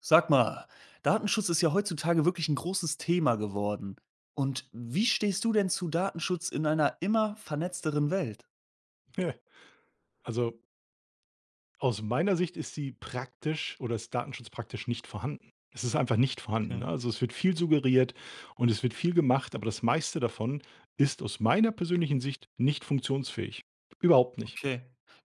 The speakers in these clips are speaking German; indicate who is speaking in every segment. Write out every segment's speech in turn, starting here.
Speaker 1: Sag mal, Datenschutz ist ja heutzutage wirklich ein großes Thema geworden. Und wie stehst du denn zu Datenschutz in einer immer vernetzteren Welt?
Speaker 2: Ja. Also, aus meiner Sicht ist sie praktisch oder ist Datenschutz praktisch nicht vorhanden. Es ist einfach nicht vorhanden,
Speaker 1: Okay.
Speaker 2: ne? Also, es wird viel suggeriert und es wird viel gemacht, aber das meiste davon ist aus meiner persönlichen Sicht nicht funktionsfähig. Überhaupt nicht.
Speaker 1: Okay.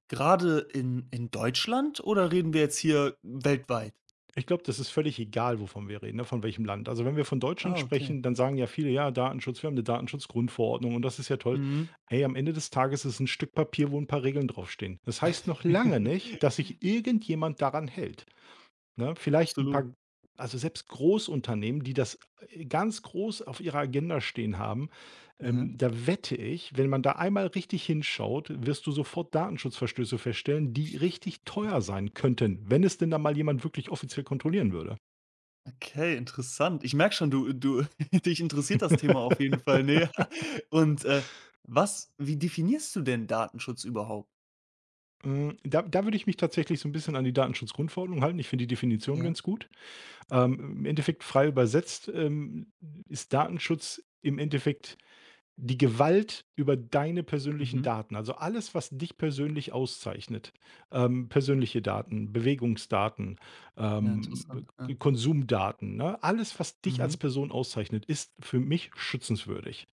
Speaker 1: Gerade in Deutschland oder reden wir jetzt hier weltweit?
Speaker 2: Ich glaube, das ist völlig egal, wovon wir reden, ne, von welchem Land. Also, wenn wir von Deutschland
Speaker 1: Ah, okay.
Speaker 2: sprechen, dann sagen ja viele: „Ja, Datenschutz, wir haben eine Datenschutzgrundverordnung und das ist ja toll.“
Speaker 1: Mhm.
Speaker 2: Hey, am Ende des Tages ist es 'n Stück Papier, wo ein paar Regeln draufstehen. Das heißt noch lange nicht, dass sich irgendjemand daran hält. Ne? Vielleicht ein
Speaker 1: Absolut.
Speaker 2: paar, also selbst Großunternehmen, die das, ganz groß auf ihrer Agenda stehen haben,
Speaker 1: Mhm.
Speaker 2: da wette ich, wenn man da einmal richtig hinschaut, wirst du sofort Datenschutzverstöße feststellen, die richtig teuer sein könnten, wenn es denn da mal jemand wirklich offiziell kontrollieren würde.
Speaker 1: Okay, interessant. Ich merke schon, dich interessiert das Thema auf jeden Fall näher. Und wie definierst du denn Datenschutz überhaupt?
Speaker 2: Hm, da würde ich mich tatsächlich so ein bisschen an die Datenschutzgrundverordnung halten. Ich finde die Definition
Speaker 1: Ja.
Speaker 2: ganz gut. Im Endeffekt frei übersetzt, ist Datenschutz im Endeffekt die Gewalt über deine persönlichen
Speaker 1: Mhm.
Speaker 2: Daten, also alles, was dich persönlich auszeichnet, persönliche Daten, Bewegungsdaten,
Speaker 1: Ja, interessant. Ja.
Speaker 2: K Konsumdaten, ne? Alles, was dich als
Speaker 1: Mhm.
Speaker 2: Person auszeichnet, ist für mich schützenswürdig.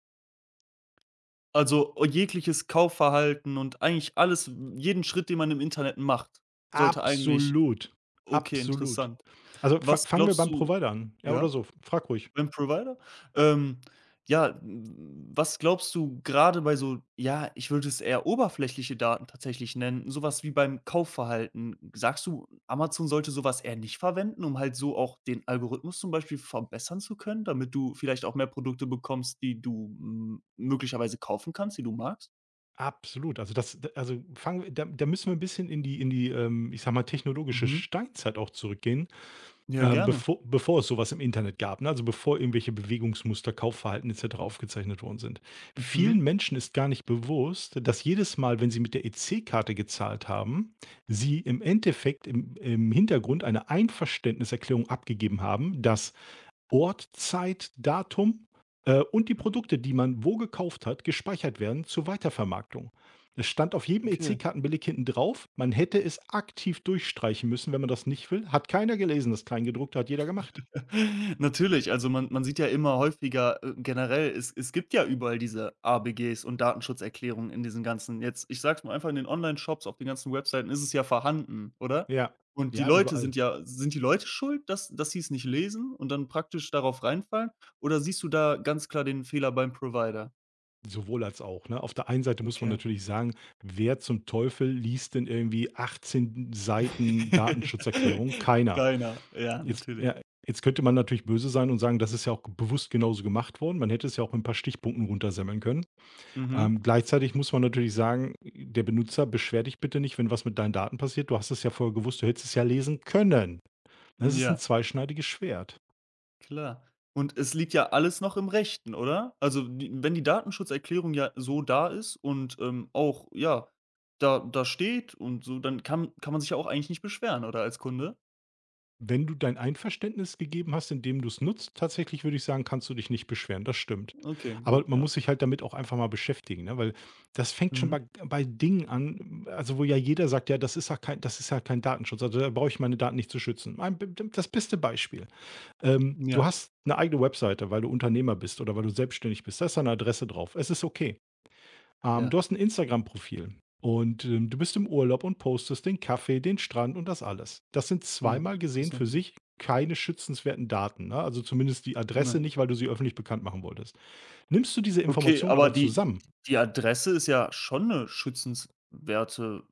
Speaker 1: Also, jegliches Kaufverhalten und eigentlich alles, jeden Schritt, den man im Internet macht, sollte eigentlich.
Speaker 2: Absolut,
Speaker 1: Okay,
Speaker 2: absolut.
Speaker 1: interessant.
Speaker 2: Also, fa
Speaker 1: Was
Speaker 2: fangen wir
Speaker 1: glaubst
Speaker 2: beim
Speaker 1: du?
Speaker 2: Provider an, ja, oder
Speaker 1: Ja,
Speaker 2: so, frag ruhig.
Speaker 1: beim Provider? Ähm, ja, w was glaubst du gerade bei so? Ja, ich würde es eher oberflächliche Daten tatsächlich nennen, so was wie beim Kaufverhalten. Sagst du, Amazon sollte so was eher nicht verwenden, um halt so auch den Algorithmus zum Beispiel verbessern zu können, damit du vielleicht auch mehr Produkte bekommst, die du m möglicherweise kaufen kannst, die du magst?
Speaker 2: Absolut. Also, fangen wir da müssen wir ein bisschen in die in die, ich sage mal, technologische
Speaker 1: Mhm.
Speaker 2: Steinzeit auch zurückgehen.
Speaker 1: Ja,
Speaker 2: Ähm,
Speaker 1: gerne.
Speaker 2: bevor bevor es so was im Internet gab, ne? Also, bevor irgendwelche Bewegungsmuster, Kaufverhalten et cetera aufgezeichnet worden sind. Vielen
Speaker 1: Mhm.
Speaker 2: Menschen ist gar nicht bewusst, dass jedes Mal, wenn sie mit der EC-Karte gezahlt haben, sie im Endeffekt im Hintergrund eine Einverständniserklärung abgegeben haben, dass Ort, Zeit, Datum, und die
Speaker 1: Mhm.
Speaker 2: Produkte, die man wo gekauft hat, gespeichert werden zur Weitervermarktung. Es stand auf jedem
Speaker 1: Okay.
Speaker 2: EC-Kartenbeleg hinten drauf, man hätte es aktiv durchstreichen müssen, wenn man das nicht will. Hat keiner gelesen, das Kleingedruckte hat jeder gemacht.
Speaker 1: Natürlich, also man sieht ja immer häufiger, generell, es gibt ja überall diese ABGs und Datenschutzerklärungen in diesen ganzen, jetzt ich sag's mal einfach, in den Online-Shops, auf den ganzen Webseiten ist es ja vorhanden, oder?
Speaker 2: Ja,
Speaker 1: Und die
Speaker 2: ja,
Speaker 1: Leute
Speaker 2: überall.
Speaker 1: sind ja sind die Leute schuld, dass sie es nicht lesen und dann praktisch darauf reinfallen? Oder siehst du da ganz klar den Fehler beim Provider?
Speaker 2: Sowohl als auch. Ne? Auf der einen Seite muss man
Speaker 1: Okay.
Speaker 2: natürlich sagen, wer zum Teufel liest denn irgendwie 18 Seiten Datenschutzerklärung? Keiner.
Speaker 1: Keiner. Ja,
Speaker 2: Jetzt ja,
Speaker 1: natürlich.
Speaker 2: jetzt könnte man natürlich böse sein und sagen, das ist ja auch bewusst genauso gemacht worden. Man hätte es ja auch mit ein paar Stichpunkten runtersemmeln können.
Speaker 1: Mhm.
Speaker 2: Gleichzeitig muss man natürlich sagen, der Benutzer: „Beschwer dich bitte nicht, wenn was mit deinen Daten passiert. Du hast es ja vorher gewusst, du hättest es ja lesen können.“ Das ist ein
Speaker 1: Ja.
Speaker 2: zweischneidiges Schwert.
Speaker 1: Klar. Und es liegt ja alles noch im Rechten, oder? Also, die wenn die Datenschutzerklärung ja so da ist und, auch, ja, da steht und so, dann kann man sich ja auch eigentlich nicht beschweren, oder als Kunde?
Speaker 2: Wenn du dein Einverständnis gegeben hast, indem du es nutzt, tatsächlich würde ich sagen, kannst du dich nicht beschweren, das stimmt.
Speaker 1: Okay,
Speaker 2: Aber
Speaker 1: gut,
Speaker 2: man
Speaker 1: ja.
Speaker 2: muss sich halt damit auch einfach mal beschäftigen, ne? Weil das fängt schon
Speaker 1: Mhm.
Speaker 2: bei Dingen an, also, wo ja jeder sagt: „Ja, das ist ja kein Datenschutz, also, da brauche ich meine Daten nicht zu schützen.“ Ein das beste Beispiel, du
Speaker 1: Ja,
Speaker 2: hast eine eigene Webseite, weil du Unternehmer bist oder weil du selbstständig bist, da ist eine Adresse drauf. Es ist okay. Du
Speaker 1: ja,
Speaker 2: hast ein Instagram-Profil und, du bist im Urlaub und postest den Kaffee, den Strand und das alles. Das sind
Speaker 1: ja,
Speaker 2: zweimal gesehen für
Speaker 1: interessant.
Speaker 2: sich keine schützenswerten Daten, ne? Also, zumindest die Adresse
Speaker 1: Na
Speaker 2: nicht, weil du sie öffentlich bekannt machen wolltest. Nimmst du diese
Speaker 1: Okay,
Speaker 2: Informationen
Speaker 1: aber
Speaker 2: aber
Speaker 1: die
Speaker 2: zusammen,
Speaker 1: die Adresse ist ja schon 'ne schützenswerte,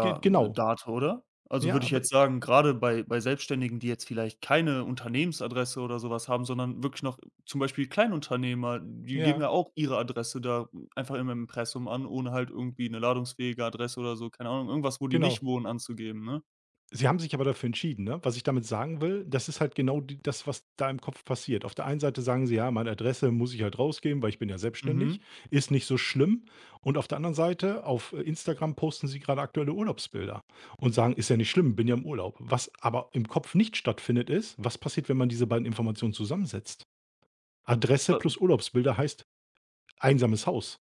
Speaker 2: ge
Speaker 1: hm,
Speaker 2: genau.
Speaker 1: Date, oder? Also,
Speaker 2: Ja,
Speaker 1: würde ich
Speaker 2: aber
Speaker 1: jetzt sagen, grade bei Selbstständigen, die jetzt vielleicht keine Unternehmensadresse oder so was haben, sondern wirklich noch zum Beispiel Kleinunternehmer, die geben
Speaker 2: ja,
Speaker 1: ja auch ihre Adresse da einfach im Impressum an, ohne halt irgendwie 'ne ladungsfähige Adresse oder so, keine Ahnung, irgendwas, wo die
Speaker 2: genau.
Speaker 1: nicht wohnen, anzugeben, ne?
Speaker 2: Sie haben sich aber dafür entschieden, ne? Was ich damit sagen will, das ist halt genau die das, was da im Kopf passiert. Auf der einen Seite sagen sie: „Ja, meine Adresse muss ich halt rausgeben, weil ich bin ja selbstständig,
Speaker 1: Mhm.
Speaker 2: ist nicht so schlimm.“ Und auf der anderen Seite, auf Instagram posten sie gerade aktuelle Urlaubsbilder und sagen: „Ist ja nicht schlimm, bin ja im Urlaub.“ Was aber im Kopf nicht stattfindet, ist, was passiert, wenn man diese beiden Informationen zusammensetzt? Adresse
Speaker 1: Wa
Speaker 2: plus Urlaubsbilder heißt einsames Haus.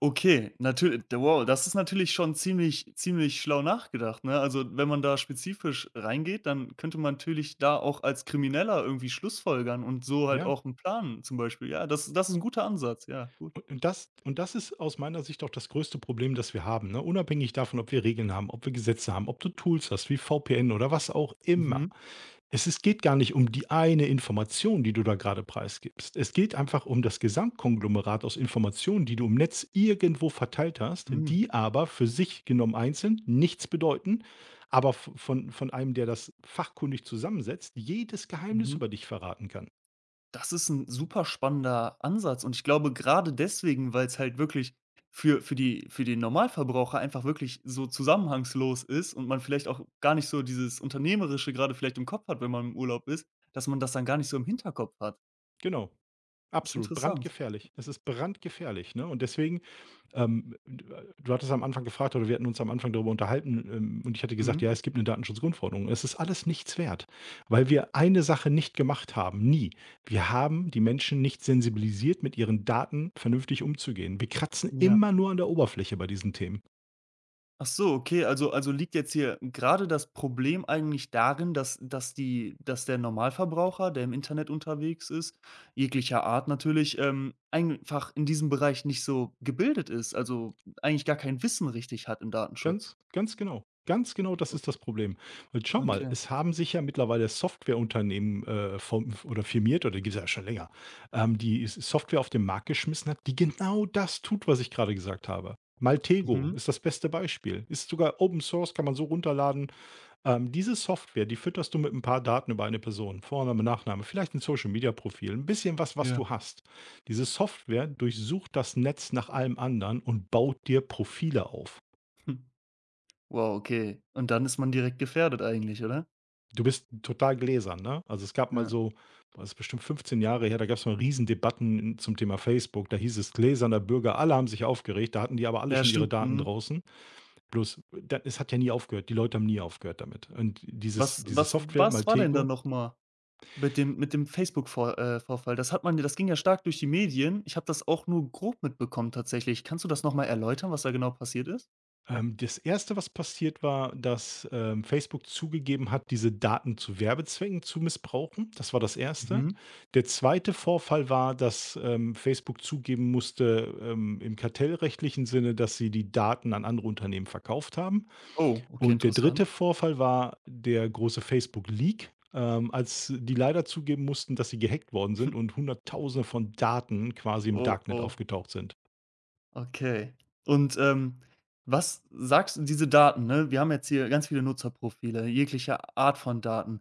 Speaker 1: Okay, natürlich. Wow, das ist natürlich schon ziemlich, ziemlich schlau nachgedacht, ne? Also, wenn man da spezifisch reingeht, dann könnte man natürlich da auch als Krimineller irgendwie schlussfolgern und so halt
Speaker 2: Ja?
Speaker 1: auch einen Plan zum Beispiel. Ja, das ist ein guter Ansatz. Ja, gut.
Speaker 2: Und das ist aus meiner Sicht auch das größte Problem, das wir haben, ne? Unabhängig davon, ob wir Regeln haben, ob wir Gesetze haben, ob du Tools hast wie VPN oder was auch immer.
Speaker 1: Mhm.
Speaker 2: Es ist Geht gar nicht um die eine Information, die du da gerade preisgibst. Es geht einfach um das Gesamtkonglomerat aus Informationen, die du im Netz irgendwo verteilt hast,
Speaker 1: Mhm.
Speaker 2: die aber für sich genommen einzeln nichts bedeuten, aber v von einem, der das fachkundig zusammensetzt, jedes Geheimnis
Speaker 1: Mhm.
Speaker 2: über dich verraten kann.
Speaker 1: Das ist ein super spannender Ansatz und ich glaube gerade deswegen, weil es halt wirklich für den Normalverbraucher einfach wirklich so zusammenhangslos ist und man vielleicht auch gar nicht so dieses Unternehmerische gerade vielleicht im Kopf hat, wenn man im Urlaub ist, dass man das dann gar nicht so im Hinterkopf hat.
Speaker 2: Genau,
Speaker 1: Ist
Speaker 2: absolut
Speaker 1: interessant.
Speaker 2: brandgefährlich. Es ist brandgefährlich, ne? Und deswegen Ähm, du hattest am Anfang gefragt oder wir hatten uns am Anfang darüber unterhalten, und ich hatte gesagt:
Speaker 1: Mhm.
Speaker 2: „Ja, es gibt eine Datenschutzgrundverordnung.“ Es ist alles nichts wert, weil wir eine Sache nicht gemacht haben, nie. Wir haben die Menschen nicht sensibilisiert, mit ihren Daten vernünftig umzugehen. Wir kratzen
Speaker 1: Ja.
Speaker 2: immer nur an der Oberfläche bei diesen Themen.
Speaker 1: Ach so, okay, also liegt jetzt hier gerade das Problem eigentlich darin, dass der Normalverbraucher, der im Internet unterwegs ist, jeglicher Art natürlich, einfach in diesem Bereich nicht so gebildet ist, also eigentlich gar kein Wissen richtig hat im Datenschutz.
Speaker 2: Ganz genau. Ganz genau das
Speaker 1: O
Speaker 2: ist das Problem. Und schau mal,
Speaker 1: Okay.
Speaker 2: es haben sich ja mittlerweile Softwareunternehmen, form oder firmiert oder die gibt es ja schon länger, die S Software auf den Markt geschmissen hat, die genau das tut, was ich gerade gesagt habe. Maltego
Speaker 1: Mhm.
Speaker 2: ist das beste Beispiel. Ist sogar Open Source, kann man so runterladen. Diese Software, die fütterst du mit ein paar Daten über eine Person, Vorname, Nachname, vielleicht ein Social-Media-Profil, ein bisschen was, was
Speaker 1: Ja.
Speaker 2: du hast. Diese Software durchsucht das Netz nach allem anderen und baut dir Profile auf.
Speaker 1: Hm. Wow, okay. Und dann ist man direkt gefährdet eigentlich, oder?
Speaker 2: Du bist total gläsern, ne? Also, es gab mal
Speaker 1: Ja.
Speaker 2: so, das ist bestimmt 15 Jahre her, da gab es mal Riesendebatten zum Thema Facebook. Da hieß es: „Gläserner Bürger“, alle haben sich aufgeregt, da hatten die aber alle
Speaker 1: Ja,
Speaker 2: schon ihre
Speaker 1: stimmt.
Speaker 2: Daten
Speaker 1: Mhm.
Speaker 2: draußen. Bloß, da es hat ja nie aufgehört. Die Leute haben nie aufgehört damit. Und
Speaker 1: Was
Speaker 2: diese
Speaker 1: was
Speaker 2: Software
Speaker 1: was war denn dann
Speaker 2: Maltego.
Speaker 1: noch mal? Mit dem Facebook-Vor Vorfall. Das hat man das ging ja stark durch die Medien. Ich habe das auch nur grob mitbekommen tatsächlich. Kannst du das noch mal erläutern, was da genau passiert ist?
Speaker 2: Das erste, was passiert war, dass, Facebook zugegeben hat, diese Daten zu Werbezwecken zu missbrauchen. Das war das erste.
Speaker 1: Mhm.
Speaker 2: Der zweite Vorfall war, dass, Facebook zugeben musste, im kartellrechtlichen Sinne, dass sie die Daten an andere Unternehmen verkauft haben.
Speaker 1: Oh, okay,
Speaker 2: Und der
Speaker 1: interessant.
Speaker 2: dritte Vorfall war der große Facebook-Leak, als die leider zugeben mussten, dass sie gehackt worden sind und Hunderttausende von Daten quasi im
Speaker 1: Oh,
Speaker 2: Darknet
Speaker 1: oh.
Speaker 2: aufgetaucht sind.
Speaker 1: Okay. Und, was sagst du diese Daten, ne? Wir haben jetzt hier ganz viele Nutzerprofile, jegliche Art von Daten.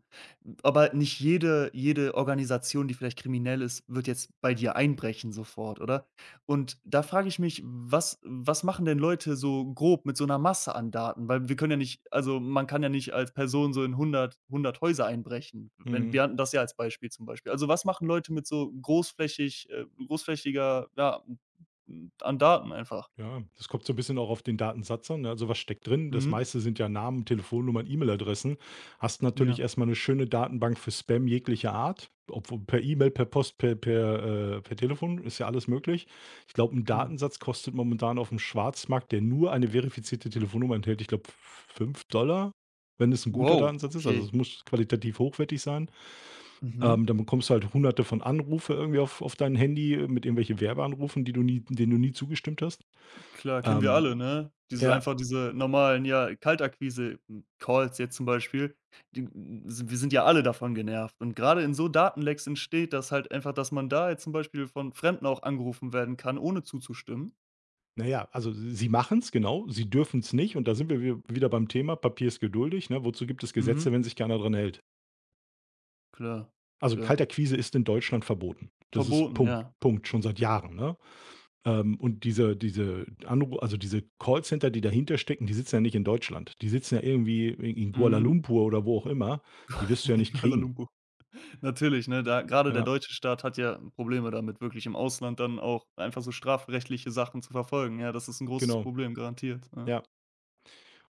Speaker 1: Aber nicht jede Organisation, die vielleicht kriminell ist, wird jetzt bei dir einbrechen sofort, oder? Und da frage ich mich, was machen denn Leute so grob mit so einer Masse an Daten? Weil wir können ja nicht, also, man kann ja nicht als Person so in hundert, hundert Häuser einbrechen. Wenn
Speaker 2: Mhm.
Speaker 1: wir hatten das ja als Beispiel, zum Beispiel. Also, was machen Leute mit so großflächiger, ja, hm, an Daten einfach.
Speaker 2: Ja, das kommt so ein bisschen auch auf den Datensatz an, ne? Also, was steckt drin? Das
Speaker 1: Mhm.
Speaker 2: meiste sind ja Namen, Telefonnummern, E-Mail-Adressen. Hast natürlich
Speaker 1: Ja,
Speaker 2: erst mal 'ne schöne Datenbank für Spam jeglicher Art, obwohl per E-Mail, per Post, per Telefon, ist ja alles möglich. Ich glaube, ein
Speaker 1: klar.
Speaker 2: Datensatz kostet momentan auf dem Schwarzmarkt, der nur eine verifizierte Telefonnummer enthält, ich glaube, 5 Dollar, wenn es ein guter
Speaker 1: Wow,
Speaker 2: Datensatz ist. Also,
Speaker 1: okay.
Speaker 2: es muss qualitativ hochwertig sein.
Speaker 1: Mhm.
Speaker 2: Dann bekommst du halt Hunderte von Anrufe irgendwie auf dein Handy, mit irgendwelchen Werbeanrufen, die du nie denen du nie zugestimmt hast.
Speaker 1: Klar, kennen wir alle,
Speaker 2: Ähm
Speaker 1: ne? Diese
Speaker 2: ja,
Speaker 1: einfach diese normalen, ja, Kaltakquise, hm, Calls jetzt zum Beispiel, die si wir sind ja alle davon genervt. Und gerade in so Datenlecks entsteht das halt einfach, dass man da jetzt zum Beispiel von Fremden auch angerufen werden kann, ohne zuzustimmen.
Speaker 2: naja, also sie machen's, genau, sie dürfen's nicht und da sind wir wi wieder beim Thema Papier ist geduldig, ne? Wozu gibt es
Speaker 1: Mhm.
Speaker 2: Gesetze, wenn sich keiner dran hält?
Speaker 1: Klar,
Speaker 2: Also,
Speaker 1: ja.
Speaker 2: Kaltakquise ist in Deutschland verboten. Das ist
Speaker 1: Verboten,
Speaker 2: Punkt,
Speaker 1: ja.
Speaker 2: Punkt, schon seit Jahren, ne? Und diese diese Anru also diese Callcenter, die dahinter stecken, die sitzen ja nicht in Deutschland. Die sitzen ja irgendwie in Kuala
Speaker 1: Mhm.
Speaker 2: Lumpur oder wo auch immer. Die wirst du ja nicht
Speaker 1: Kuala
Speaker 2: kriegen.
Speaker 1: Lumpur. Natürlich, ne? Da gerade der
Speaker 2: Ja,
Speaker 1: deutsche Staat hat ja Probleme damit, wirklich im Ausland dann auch einfach so strafrechtliche Sachen zu verfolgen. Ja, das ist ein großes
Speaker 2: genau.
Speaker 1: Problem, garantiert, ja.
Speaker 2: Ja.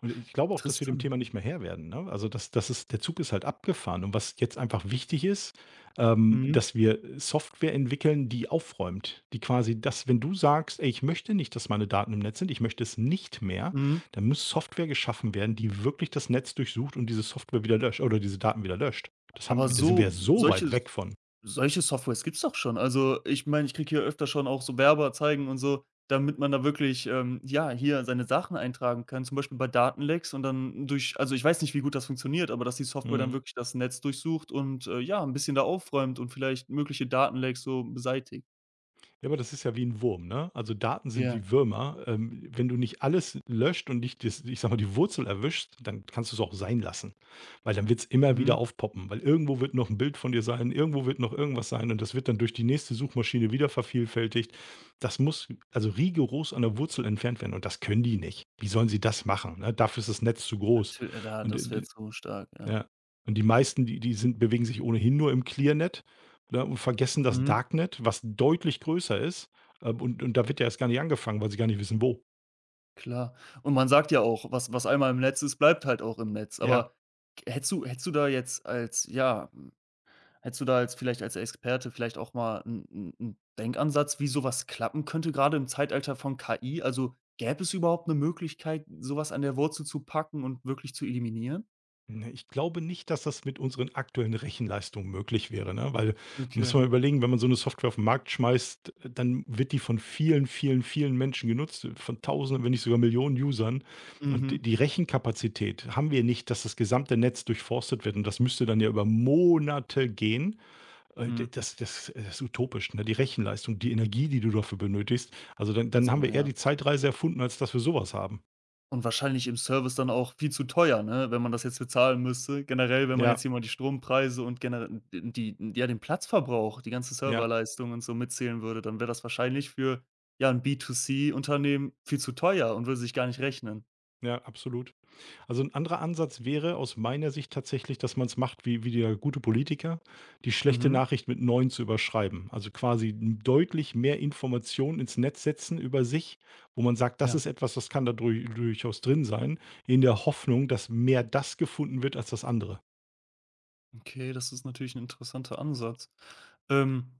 Speaker 2: Und ich glaube auch, dass wir dem
Speaker 1: Interessant.
Speaker 2: Thema nicht mehr Herr werden, ne? Also, das das ist der Zug ist halt abgefahren und was jetzt einfach wichtig ist,
Speaker 1: Mhm,
Speaker 2: dass wir Software entwickeln, die aufräumt, die quasi das, wenn du sagst: „Ey, ich möchte nicht, dass meine Daten im Netz sind, ich möchte es nicht mehr“,
Speaker 1: mhm.
Speaker 2: dann muss Software geschaffen werden, die wirklich das Netz durchsucht und diese Software wieder löscht oder diese Daten wieder löscht. Das haben
Speaker 1: Aber
Speaker 2: wir Da sind wir ja
Speaker 1: so
Speaker 2: so
Speaker 1: solche
Speaker 2: weit weg von.
Speaker 1: solche Softwares gibt's doch schon. Also, ich meine, ich kriege hier öfter schon auch so Werbeanzeigen und so, damit man da wirklich, ja, hier seine Sachen eintragen kann, zum Beispiel bei Datenlecks, und dann durch also, ich weiß nicht, wie gut das funktioniert, aber dass die Software dann
Speaker 2: Mhm.
Speaker 1: wirklich das Netz durchsucht und, ja, ein bisschen da aufräumt und vielleicht mögliche Datenlecks so beseitigt.
Speaker 2: Ja, aber das ist ja wie ein Wurm, ne? Also, Daten sind
Speaker 1: Ja.
Speaker 2: wie Würmer. Wenn du nicht alles löscht und nicht das, ich sage mal, die Wurzel erwischst, dann kannst du es auch sein lassen, weil dann wird's immer wieder
Speaker 1: Mhm.
Speaker 2: aufpoppen, weil irgendwo wird noch ein Bild von dir sein, irgendwo wird noch irgendwas sein und das wird dann durch die nächste Suchmaschine wieder vervielfältigt. Das muss also rigoros an der Wurzel entfernt werden und das können die nicht. Wie sollen sie das machen, ne? Dafür ist das Netz zu groß
Speaker 1: Natü Da
Speaker 2: und
Speaker 1: das wäre
Speaker 2: d
Speaker 1: zu stark, ja.
Speaker 2: ja. Und die meisten, die die sind bewegen sich ohnehin nur im Clearnet, ne, und vergessen das
Speaker 1: Mhm,
Speaker 2: Darknet, was deutlich größer ist. Und da wird ja erst gar nicht angefangen, weil sie gar nicht wissen, wo.
Speaker 1: klar. Und man sagt ja auch, was einmal im Netz ist, bleibt halt auch im Netz.
Speaker 2: Ja,
Speaker 1: Aber k hättest du da jetzt hättest du da als vielleicht als Experte vielleicht auch mal einen Denkansatz, wie sowas klappen könnte, gerade im Zeitalter von KI? Also, gäbe es überhaupt eine Möglichkeit, sowas an der Wurzel zu packen und wirklich zu eliminieren?
Speaker 2: ne, ich glaube nicht, dass das mit unseren aktuellen Rechenleistungen möglich wäre, ne? Weil muss
Speaker 1: Okay.
Speaker 2: man überlegen, wenn man so eine Software auf den Markt schmeißt, dann wird die von vielen, vielen, vielen Menschen genutzt, von Tausenden, wenn nicht sogar Millionen Usern. Und
Speaker 1: Mhm,
Speaker 2: die Rechenkapazität haben wir nicht, dass das gesamte Netz durchforstet wird. Und das müsste dann ja über Monate gehen.
Speaker 1: mhm.
Speaker 2: D das das Das ist utopisch, ne? Die Rechenleistung, die Energie, die du dafür benötigst. Also, dann haben
Speaker 1: Also,
Speaker 2: wir eher
Speaker 1: ja.
Speaker 2: die Zeitreise erfunden, als dass wir sowas haben.
Speaker 1: Und wahrscheinlich im Service dann auch viel zu teuer, ne, wenn man das jetzt bezahlen müsste. Generell, wenn man
Speaker 2: Ja,
Speaker 1: jetzt hier mal die Strompreise und generell die, ja, den Platzverbrauch, die ganze
Speaker 2: ja,
Speaker 1: Serverleistung und so mitzählen würde, dann wäre das wahrscheinlich für, ja, ein B2C Unternehmen viel zu teuer und würde sich gar nicht rechnen.
Speaker 2: ja, absolut. Also, ein anderer Ansatz wäre aus meiner Sicht tatsächlich, dass man es macht wie der gute Politiker, die schlechte
Speaker 1: Mhm.
Speaker 2: Nachricht mit neuen zu überschreiben. Also, quasi deutlich mehr Informationen ins Netz setzen über sich, wo man sagt: „Das
Speaker 1: Ja,
Speaker 2: ist etwas, das kann da durchaus drin sein“, in der Hoffnung, dass mehr das gefunden wird als das andere.
Speaker 1: okay, das ist natürlich ein interessanter Ansatz. Ähm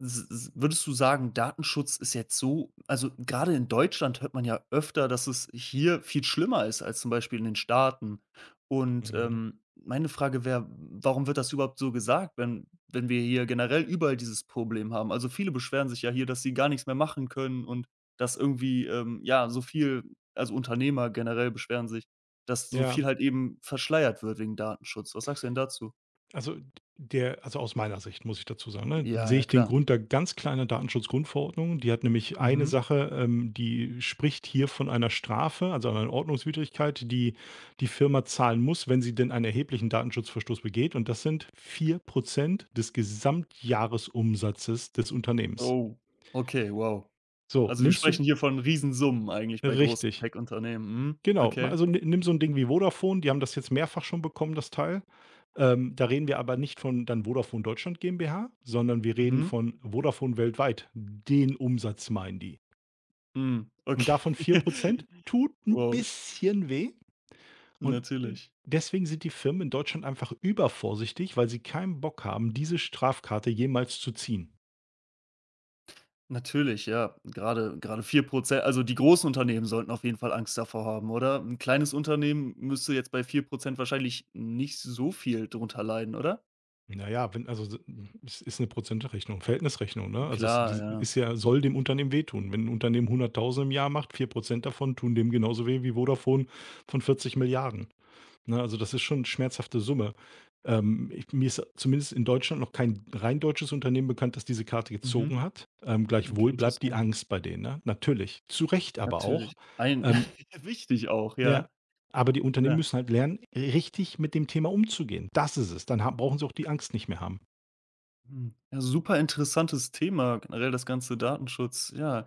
Speaker 1: S s Würdest du sagen, Datenschutz ist jetzt so, also, gerade in Deutschland hört man ja öfter, dass es hier viel schlimmer ist als zum Beispiel in den Staaten. Und,
Speaker 2: Mhm.
Speaker 1: meine Frage wäre, warum wird das überhaupt so gesagt, wenn wir hier generell überall dieses Problem haben? Also, viele beschweren sich ja hier, dass sie gar nichts mehr machen können und dass irgendwie, ja, so viel, also, Unternehmer generell beschweren sich, dass so
Speaker 2: Ja.
Speaker 1: viel halt eben verschleiert wird wegen Datenschutz. Was sagst du denn dazu?
Speaker 2: Also, also, aus meiner Sicht, muss ich dazu sagen, ne,
Speaker 1: Ja,
Speaker 2: sehe
Speaker 1: ja,
Speaker 2: ich den
Speaker 1: klar.
Speaker 2: Grund da ganz klar in der Datenschutzgrundverordnung. Die hat nämlich eine
Speaker 1: Mhm.
Speaker 2: Sache, die spricht hier von einer Strafe, also einer Ordnungswidrigkeit, die die Firma zahlen muss, wenn sie denn einen erheblichen Datenschutzverstoß begeht. Und das sind 4% des Gesamtjahresumsatzes des Unternehmens.
Speaker 1: Oh, okay, wow.
Speaker 2: So,
Speaker 1: Also, wir
Speaker 2: nimmst du
Speaker 1: sprechen hier von Riesensummen eigentlich bei großen
Speaker 2: richtig.
Speaker 1: Tech-Unternehmen. Mhm.
Speaker 2: Genau,
Speaker 1: Okay.
Speaker 2: also, ni nimm so ein Ding wie Vodafone, die haben das jetzt mehrfach schon bekommen, das Teil. Da reden wir aber nicht von dann Vodafone Deutschland GmbH, sondern wir reden
Speaker 1: Mhm.
Speaker 2: von Vodafone weltweit. Den Umsatz meinen die.
Speaker 1: Mhm.
Speaker 2: Und davon
Speaker 1: Okay.
Speaker 2: 4% tut ein
Speaker 1: Wow.
Speaker 2: bisschen weh und äh,
Speaker 1: Natürlich.
Speaker 2: deswegen sind die Firmen in Deutschland einfach übervorsichtig, weil sie keinen Bock haben, diese Strafkarte jemals zu ziehen.
Speaker 1: Natürlich, ja. Gerade 4%. Also, die großen Unternehmen sollten auf jeden Fall Angst davor haben, oder? Ein kleines Unternehmen müsste jetzt bei 4% wahrscheinlich nicht so viel drunter leiden, oder?
Speaker 2: Na ja, wenn also es ist eine Prozentrechnung, Verhältnisrechnung, ne? Also, es
Speaker 1: Klar,
Speaker 2: die
Speaker 1: ja.
Speaker 2: ist ja, soll dem Unternehmen wehtun. Wenn 'n Unternehmen 100.000 im Jahr macht, 4% davon tun dem genauso weh wie Vodafone von 40 Milliarden, ne? Also, das ist schon eine schmerzhafte Summe. Ich, mir ist zumindest in Deutschland noch kein rein deutsches Unternehmen bekannt, das diese Karte
Speaker 1: Mhm.
Speaker 2: gezogen hat.
Speaker 1: Okay,
Speaker 2: Gleichwohl bleibt die
Speaker 1: interessant.
Speaker 2: Angst bei denen, ne? Natürlich, zu Recht aber auch.
Speaker 1: Natürlich. Ein
Speaker 2: Ähm,
Speaker 1: wichtig auch,
Speaker 2: ja,
Speaker 1: ja.
Speaker 2: aber die Unternehmen
Speaker 1: Ja.
Speaker 2: müssen halt lernen, richtig mit dem Thema umzugehen. Das ist es. Dann ha brauchen sie auch die Angst nicht mehr haben.
Speaker 1: Mhm. Ja, super interessantes Thema, generell das ganze Datenschutz, ja.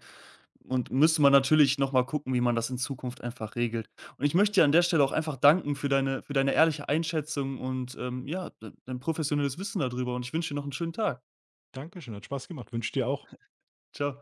Speaker 1: Und müsste man natürlich noch mal gucken, wie man das in Zukunft einfach regelt. Und ich möchte dir an der Stelle auch einfach danken für deine ehrliche Einschätzung und, ja, d dein professionelles Wissen darüber. Und ich wünsche dir noch einen schönen Tag.
Speaker 2: Dankeschön, hat Spaß gemacht. Wünsche dir auch.
Speaker 1: Ciao.